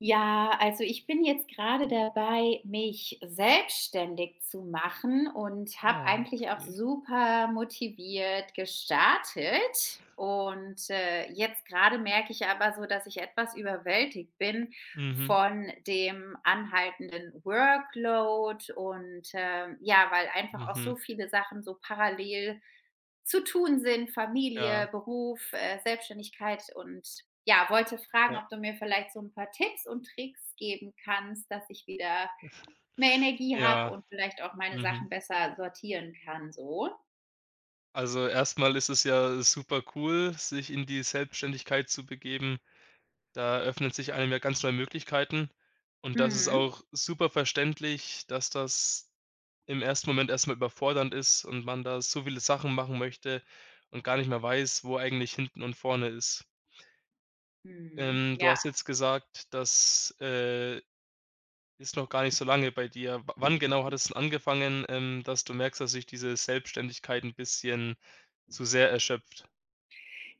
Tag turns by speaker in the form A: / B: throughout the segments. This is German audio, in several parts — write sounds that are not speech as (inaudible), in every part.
A: Ja, also ich bin jetzt gerade dabei, mich selbstständig zu machen und habe
B: Ah,
A: eigentlich auch
B: okay.
A: super motiviert gestartet. Jetzt gerade merke ich aber so, dass ich etwas überwältigt bin
B: Mhm,
A: von dem anhaltenden Workload und ja, weil einfach auch
B: mhm.
A: so viele Sachen so parallel zu tun sind,
B: Ja,
A: Familie, Beruf, Selbstständigkeit und ja, wollte fragen,
B: ja,
A: ob du mir vielleicht so ein paar Tipps und Tricks geben kannst, dass ich wieder mehr Energie habe
B: ja,
A: und vielleicht auch meine
B: mhm.
A: Sachen besser sortieren kann so.
B: Also, erstmal ist es ja super cool, sich in die Selbstständigkeit zu begeben. Da öffnet sich einem ja ganz neue Möglichkeiten. Und das ist
A: Mhm.
B: auch super verständlich, dass das im ersten Moment erstmal überfordernd ist und man da so viele Sachen machen möchte und gar nicht mehr weiß, wo eigentlich hinten und vorne ist.
A: Mhm.
B: Du
A: Ja.
B: hast jetzt gesagt, ist noch gar nicht so lange bei dir. W wann genau hat es denn angefangen, dass du merkst, dass sich diese Selbstständigkeit ein bisschen zu sehr erschöpft?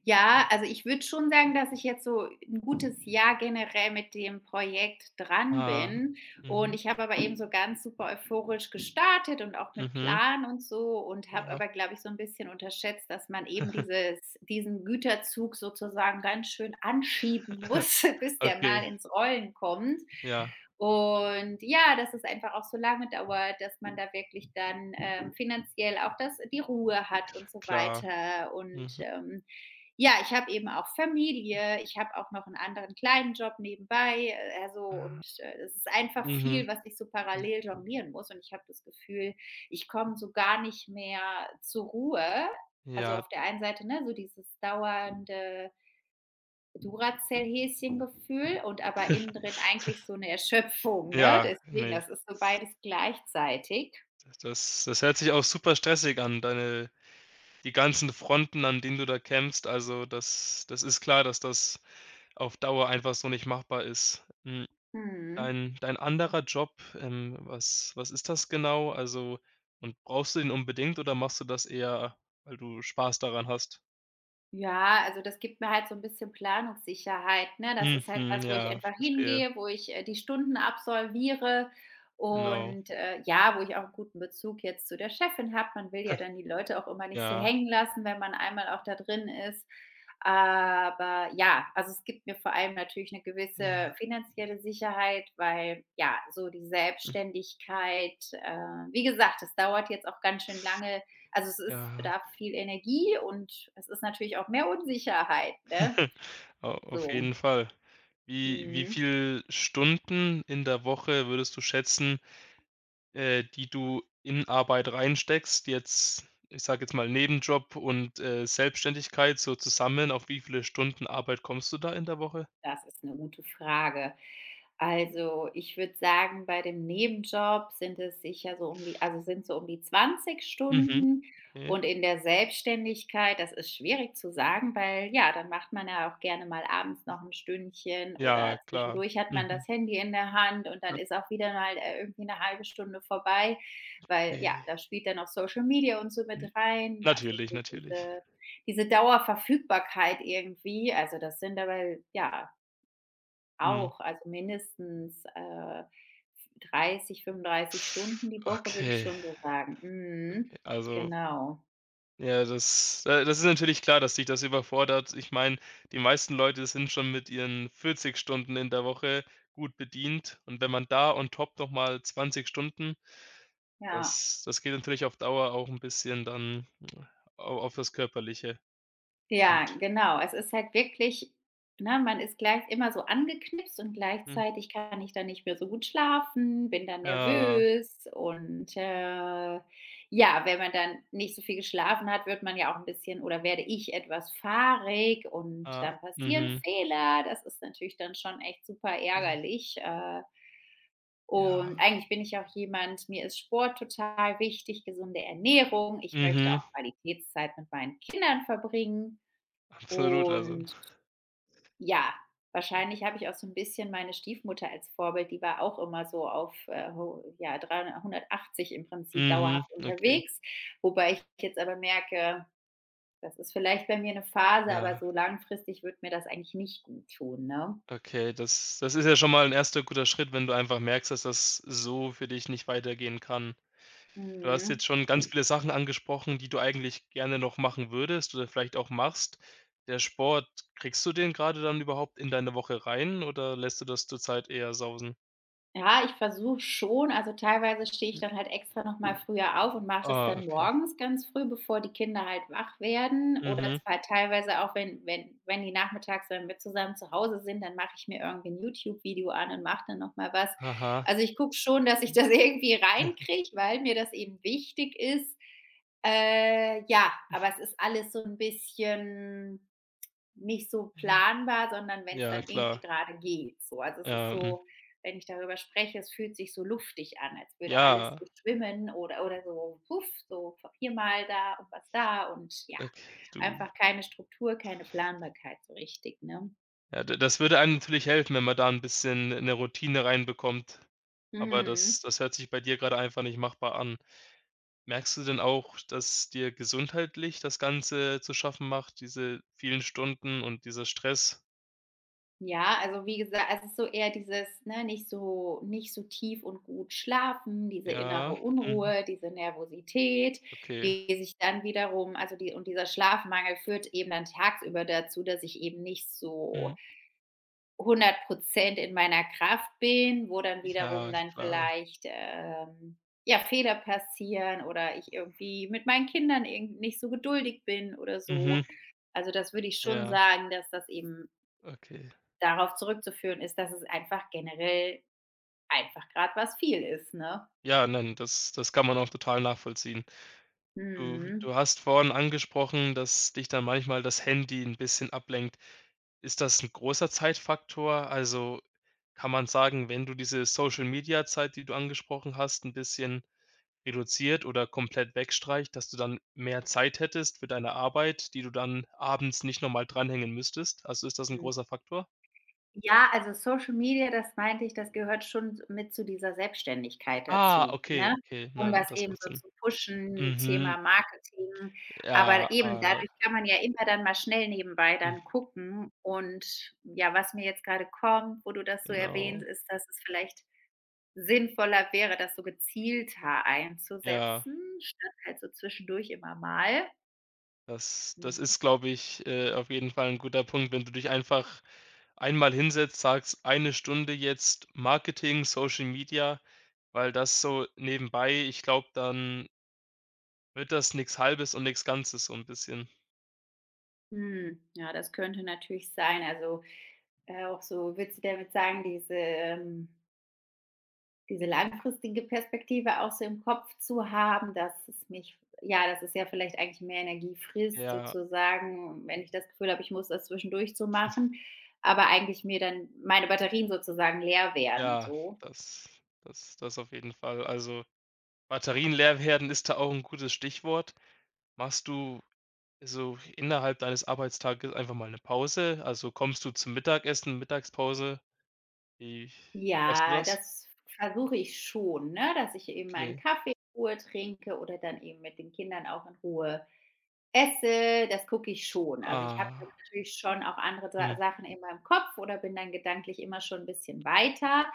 A: Ja, also ich würde schon sagen, dass ich jetzt so ein gutes Jahr generell mit dem Projekt dran
B: Ah,
A: bin und
B: mhm,
A: ich habe aber eben so ganz super euphorisch gestartet und auch mit
B: mhm,
A: Plan und so und habe
B: klar.
A: aber, glaube ich, so ein bisschen unterschätzt, dass man eben
B: (laughs)
A: dieses diesen Güterzug sozusagen ganz schön anschieben muss, (laughs) bis der mal
B: Okay,
A: ins Rollen kommt.
B: ja,
A: Und ja, dass es einfach auch so lange dauert, dass man da wirklich dann, finanziell auch das die Ruhe hat und so
B: klar.
A: weiter und,
B: Mhm,
A: ähm, ja, ich habe eben auch Familie, ich habe auch noch einen anderen kleinen Job nebenbei, also
B: ah,
A: und es ist einfach
B: mhm,
A: viel, was ich so
B: hm,
A: parallel jonglieren muss und ich habe das Gefühl, ich komme so gar nicht mehr zur Ruhe. Also,
B: ja,
A: auf der einen Seite, ne, so dieses dauernde Duracell-Häschen-Gefühl und aber innen drin eigentlich so eine Erschöpfung, ne?
B: ja,
A: Deswegen,
B: nee,
A: das ist so beides gleichzeitig.
B: das hört sich auch super stressig an, deine die ganzen Fronten, an denen du da kämpfst. Also, das ist klar, dass das auf Dauer einfach so nicht machbar ist. Mhm.
A: Mhm.
B: Dein anderer Job, was ist das genau? Also und brauchst du den unbedingt oder machst du das eher, weil du Spaß daran hast?
A: Ja, also das gibt mir halt so 'n bisschen Planungssicherheit, ne? Das ist halt
B: Mhm,
A: was, wo ich
B: ja,
A: einfach
B: verstehe.
A: hingehe, wo ich, die Stunden absolviere
B: Genau.
A: und, ja, wo ich auch 'n guten Bezug jetzt zu der Chefin habe. Man will ja dann die Leute auch immer nicht so
B: Ja,
A: hängen lassen, wenn man einmal auch da drin ist. Aber ja, also, es gibt mir vor allem natürlich eine
B: ja,
A: gewisse finanzielle Sicherheit, weil, ja, so die
B: hm,
A: Selbstständigkeit, wie gesagt, es dauert jetzt auch ganz schön lange. Also, es ist
B: ja.
A: bedarf viel Energie und es ist natürlich auch mehr Unsicherheit, ne?
B: (laughs) Au auf
A: So.
B: jeden Fall. Wie
A: Mhm.
B: viel Stunden in der Woche würdest du schätzen, die du in Arbeit reinsteckst, jetzt ich sage jetzt mal Nebenjob und Selbstständigkeit so zusammen, auf wie viele Stunden Arbeit kommst du da in der Woche?
A: Das ist eine gute Frage. Also, ich würde sagen, bei dem Nebenjob sind es sicher so um die, sind so um die 20
B: Mhm,
A: Stunden
B: okay.
A: und in der Selbstständigkeit, das ist schwierig zu sagen, weil ja, dann macht man ja auch gerne mal abends noch ein Stündchen
B: Ja,
A: oder
B: klar.
A: zwischendurch hat man
B: Mhm,
A: das Handy in der Hand und dann ist auch wieder mal, irgendwie eine halbe Stunde vorbei, weil ja,
B: okay.
A: da spielt dann auch Social Media und so mit
B: N
A: rein, also
B: natürlich,
A: so
B: natürlich.
A: diese Dauerverfügbarkeit irgendwie. Also, das sind aber, ja,
B: Mhm.
A: auch, also mindestens, 30, 35 Stunden die Woche, würde ich
B: Okay.
A: schon so sagen. Mhm.
B: Also,
A: Genau.
B: ja, das ist natürlich klar, dass dich das überfordert. Ich meine, die meisten Leute sind schon mit ihren 40 Stunden in der Woche gut bedient und wenn man da on top noch mal 20 Stunden,
A: Ja.
B: das geht natürlich auf Dauer auch 'n bisschen dann au auf das Körperliche.
A: Ja,
B: Gut.
A: genau. Es ist halt wirklich ne, man ist gleich immer so angeknipst und
B: Hm.
A: gleichzeitig kann ich dann nicht mehr so gut schlafen, bin dann
B: Ja,
A: nervös und ja, wenn man dann nicht so viel geschlafen hat, wird man ja auch ein bisschen oder werde ich etwas fahrig und
B: ah,
A: dann passieren
B: mhm.
A: Fehler. Das ist natürlich dann schon echt super
B: J
A: ärgerlich, Und
B: ja.
A: eigentlich bin ich auch jemand mir ist Sport total wichtig, gesunde Ernährung. Ich möchte auch
B: Mhm.
A: Qualitätszeit mit meinen Kindern verbringen.
B: Absolut, also
A: Und ja, wahrscheinlich habe ich auch so ein bisschen meine Stiefmutter als Vorbild, die war auch immer so auf, 300 180 im Prinzip
B: mhm,
A: dauerhaft
B: okay.
A: unterwegs, wobei ich jetzt aber merke, das ist vielleicht bei mir eine Phase, aber
B: Ja,
A: so langfristig wird mir das eigentlich nicht gut tun, ne?
B: okay, das ist ja schon mal ein erster guter Schritt, wenn du einfach merkst, dass das so für dich nicht weitergehen kann. Du hast
A: Mhm.
B: jetzt schon ganz viele Sachen angesprochen, die du eigentlich gerne noch machen würdest oder vielleicht auch machst. Der Sport, kriegst du den gerade dann überhaupt in deine Woche rein oder lässt du das zurzeit eher sausen?
A: Ja, ich versuche schon. Also, teilweise stehe ich
B: Hm,
A: dann halt extra noch mal früher auf und mache das
B: ah,
A: dann
B: okay.
A: morgens ganz früh, bevor die Kinder halt wach werden. Oder
B: Mhm,
A: zwar teilweise auch, wenn die nachmittags wenn wir zusammen zu Hause sind, dann mache ich mir irgendwie ein YouTube-Video an und mache dann noch mal was.
B: aha.
A: Also, ich gucke schon, dass ich das (laughs) irgendwie reinkriege, weil mir das eben wichtig ist. Ja, aber es ist alles so ein bisschen nicht so planbar, sondern wenn es
B: Ja,
A: dann
B: klar.
A: irgendwie gerade geht, so. Also, es ist
B: Ähm,
A: so, wenn ich darüber spreche, es fühlt sich so luftig an, als würde alles
B: ja,
A: so schwimmen oder so puff, so v hier mal da und was da und ja,
B: ok, du
A: einfach keine Struktur, keine Planbarkeit so richtig, ne?
B: ja, d das würde einem natürlich helfen, wenn man da ein bisschen eine Routine reinbekommt. Aber
A: Mhm.
B: das hört sich bei dir gerade einfach nicht machbar an. Merkst du denn auch, dass dir gesundheitlich das Ganze zu schaffen macht, diese vielen Stunden und dieser Stress?
A: Ja, also wie gesagt, es ist so eher dieses, ne, nicht so tief und gut schlafen, diese innere
B: Ja, mhm,
A: Unruhe, diese Nervosität,
B: okay.
A: die sich dann wiederum also die und dieser Schlafmangel führt eben dann tagsüber dazu, dass ich eben nicht
B: Mhm.
A: so 100% in meiner Kraft bin, wo dann
B: Ja,
A: wiederum dann
B: klar.
A: vielleicht, ja, Fehler passieren oder ich irgendwie mit meinen Kindern irgend nicht so geduldig bin oder so.
B: Mhm.
A: Also, das würde ich schon
B: Ja,
A: sagen, dass das eben
B: okay.
A: darauf zurückzuführen ist, dass es einfach generell einfach gerade was viel ist, ne?
B: Ja, nein, das kann man auch total nachvollziehen. Du
A: Mhm.
B: du hast vorhin angesprochen, dass dich dann manchmal das Handy ein bisschen ablenkt. Ist das ein großer Zeitfaktor? Also, kann man sagen, wenn du diese Social-Media-Zeit, die du angesprochen hast, ein bisschen reduziert oder komplett wegstreicht, dass du dann mehr Zeit hättest für deine Arbeit, die du dann abends nicht nochmal dranhängen müsstest? Also, ist das ein
A: Hm.
B: großer Faktor?
A: Ja, also Social Media, das meinte ich, das gehört schon mit zu dieser Selbstständigkeit
B: Ah,
A: dazu,
B: okay,
A: ne?
B: okay.
A: Um
B: Nein,
A: das
B: das
A: eben
B: macht
A: so
B: Sinn.
A: zu pushen,
B: Mhm.
A: Thema Marketing.
B: Ja,
A: Aber eben
B: ah,
A: dadurch kann man ja immer dann mal schnell nebenbei
B: hm,
A: dann gucken und ja, was mir jetzt gerade kommt, wo du das so
B: genau.
A: erwähnst, ist, dass es vielleicht sinnvoller wäre, das so gezielter
B: Ja.
A: einzusetzen, statt halt so zwischendurch immer mal.
B: Das
A: Mhm.
B: ist, glaube ich, auf jeden Fall ein guter Punkt, wenn du dich einfach einmal hinsetzt, sagst: „Eine Stunde jetzt Marketing, Social Media", weil das so nebenbei, ich glaube, dann wird das nichts Halbes und nichts Ganzes so ein bisschen.
A: Hm, ja, das könnte natürlich sein. Also, auch so würdest du damit sagen, diese diese langfristige Perspektive auch so im Kopf zu haben, dass es mich ja, dass es ja vielleicht eigentlich mehr Energie frisst
B: Ja,
A: sozusagen, wenn ich das Gefühl habe, ich muss das zwischendurch so machen, aber eigentlich mir dann meine Batterien sozusagen leer werden,
B: ja,
A: so?
B: das das auf jeden Fall. Also, Batterien leer werden ist da auch ein gutes Stichwort. Machst du so innerhalb deines Arbeitstages einfach mal eine Pause? Also, kommst du zum Mittagessen, Mittagspause? Wie wie schaffst du
A: Ja,
B: das?
A: das versuche ich schon, ne, dass ich eben meinen
B: Okay.
A: Kaffee in Ruhe trinke oder dann eben mit den Kindern auch in Ruhe esse. Das gucke ich schon. Also, ich habe dann
B: Ah,
A: natürlich schon auch andere Sa
B: mhm,
A: Sachen in meinem Kopf oder bin dann gedanklich immer schon ein bisschen weiter.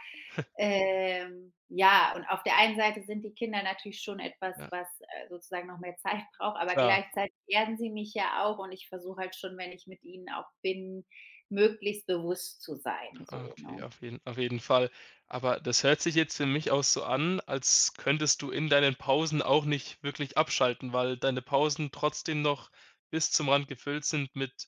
A: Ja, und auf der einen Seite sind die Kinder natürlich schon etwas,
B: ja,
A: was, sozusagen noch mehr Zeit (laughs) braucht, aber
B: klar.
A: gleichzeitig erden sie mich ja auch und ich versuche halt schon, wenn ich mit ihnen auch bin, möglichst bewusst zu sein
B: Ah,
A: so,
B: okay,
A: ne?
B: auf jeden Fall. Aber das hört sich jetzt für mich auch so an, als könntest du in deinen Pausen auch nicht wirklich abschalten, weil deine Pausen trotzdem noch bis zum Rand gefüllt sind mit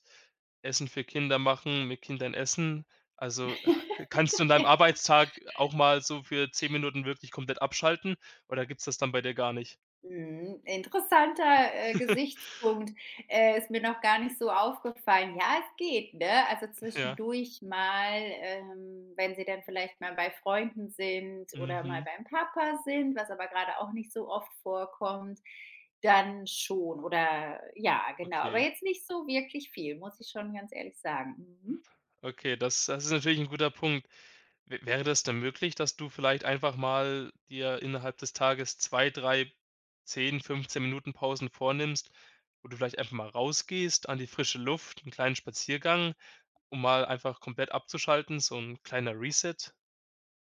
B: Essen für Kinder machen, mit Kindern essen. Also, kannst du in deinem
A: (laughs)
B: Arbeitstag auch mal so für 10 Minuten wirklich komplett abschalten oder gibt's das dann bei dir gar nicht?
A: Mhm, interessanter,
B: (laughs)
A: Gesichtspunkt. Ist mir noch gar nicht so aufgefallen. Ja, es geht, ne? Also,
B: Ja.
A: zwischendurch mal, wenn sie dann vielleicht mal bei Freunden sind oder mal
B: Mhm.
A: beim Papa sind, was aber gerade auch nicht so oft vorkommt, dann schon oder ja, genau. Aber
B: Okay,
A: jetzt nicht so wirklich viel, muss ich schon ganz ehrlich sagen. Mhm.
B: okay, das ist natürlich ein guter Punkt. W wäre das denn möglich, dass du vielleicht einfach mal dir innerhalb des Tages 2, 3, 10, 15 Minuten Pausen vornimmst, wo du vielleicht einfach mal rausgehst an die frische Luft, einen kleinen Spaziergang, um mal einfach komplett abzuschalten, so ein kleiner Reset?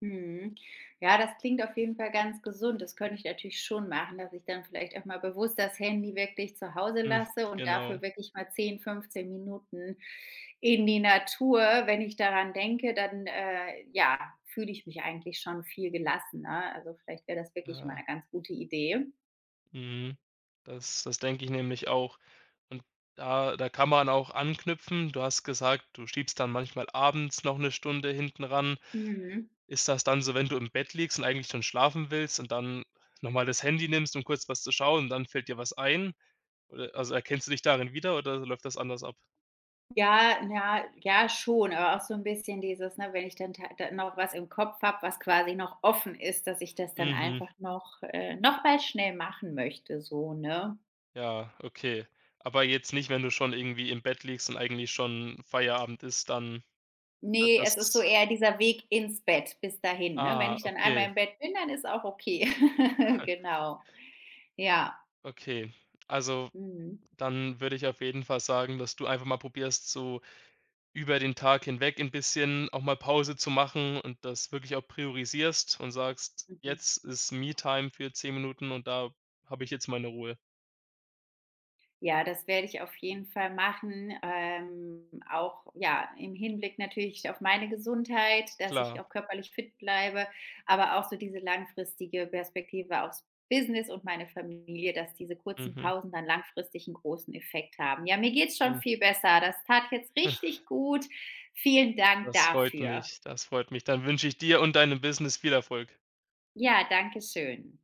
A: Mhm. Ja, das klingt auf jeden Fall ganz gesund. Das könnte ich natürlich schon machen, dass ich dann vielleicht auch mal bewusst das Handy wirklich zu Hause
B: Hm,
A: lasse und
B: genau,
A: dafür wirklich mal 10, 15 Minuten in die Natur. Wenn ich daran denke, dann ja, fühle ich mich eigentlich schon viel gelassener. Also vielleicht wäre das wirklich mal
B: ja.
A: eine ganz gute Idee.
B: Mhm. Das denke ich nämlich auch. Und da kann man auch anknüpfen. Du hast gesagt, du schiebst dann manchmal abends noch eine Stunde hinten ran.
A: Mhm.
B: Ist das dann so, wenn du im Bett liegst und eigentlich schon schlafen willst und dann nochmal das Handy nimmst, um kurz was zu schauen und dann fällt dir was ein? Oder also, erkennst du dich darin wieder oder läuft das anders ab?
A: Ja, ja, ja, schon, aber auch so ein bisschen dieses, ne, wenn ich dann ta da noch was im Kopf habe, was quasi noch offen ist, dass ich das dann
B: Mhm,
A: einfach noch mal schnell machen möchte so, ne?
B: ja, okay. Aber jetzt nicht, wenn du schon irgendwie im Bett liegst und eigentlich schon Feierabend ist, dann wird
A: Ne, es ist so
B: das
A: eher dieser Weg ins Bett bis dahin, ne? Wenn
B: ah,
A: ich dann
B: okay,
A: einmal im Bett bin, dann ist auch okay. (laughs) Genau. Ja.
B: okay. Also,
A: Mhm.
B: dann würde ich auf jeden Fall sagen, dass du einfach mal probierst zu über den Tag hinweg ein bisschen auch mal Pause zu machen und das wirklich auch priorisierst und sagst:
A: Mhm.
B: „Jetzt ist Me-Time für 10 Minuten und da habe ich jetzt meine Ruhe."
A: Ja, das werde ich auf jeden Fall machen. Auch ja, im Hinblick natürlich auf meine Gesundheit, dass ich
B: Klar,
A: auch körperlich fit bleibe, aber auch so diese langfristige Perspektive aufs Business und meine Familie, dass diese kurzen
B: mhm,
A: Pausen dann langfristig einen großen Effekt haben. Ja, mir geht's schon
B: ja.
A: viel besser. Das tat jetzt
B: (laughs)
A: richtig gut. Vielen Dank
B: Das freut
A: dafür.
B: mich, das freut mich. Dann wünsche ich dir und deinem Business viel Erfolg.
A: Ja, danke schön.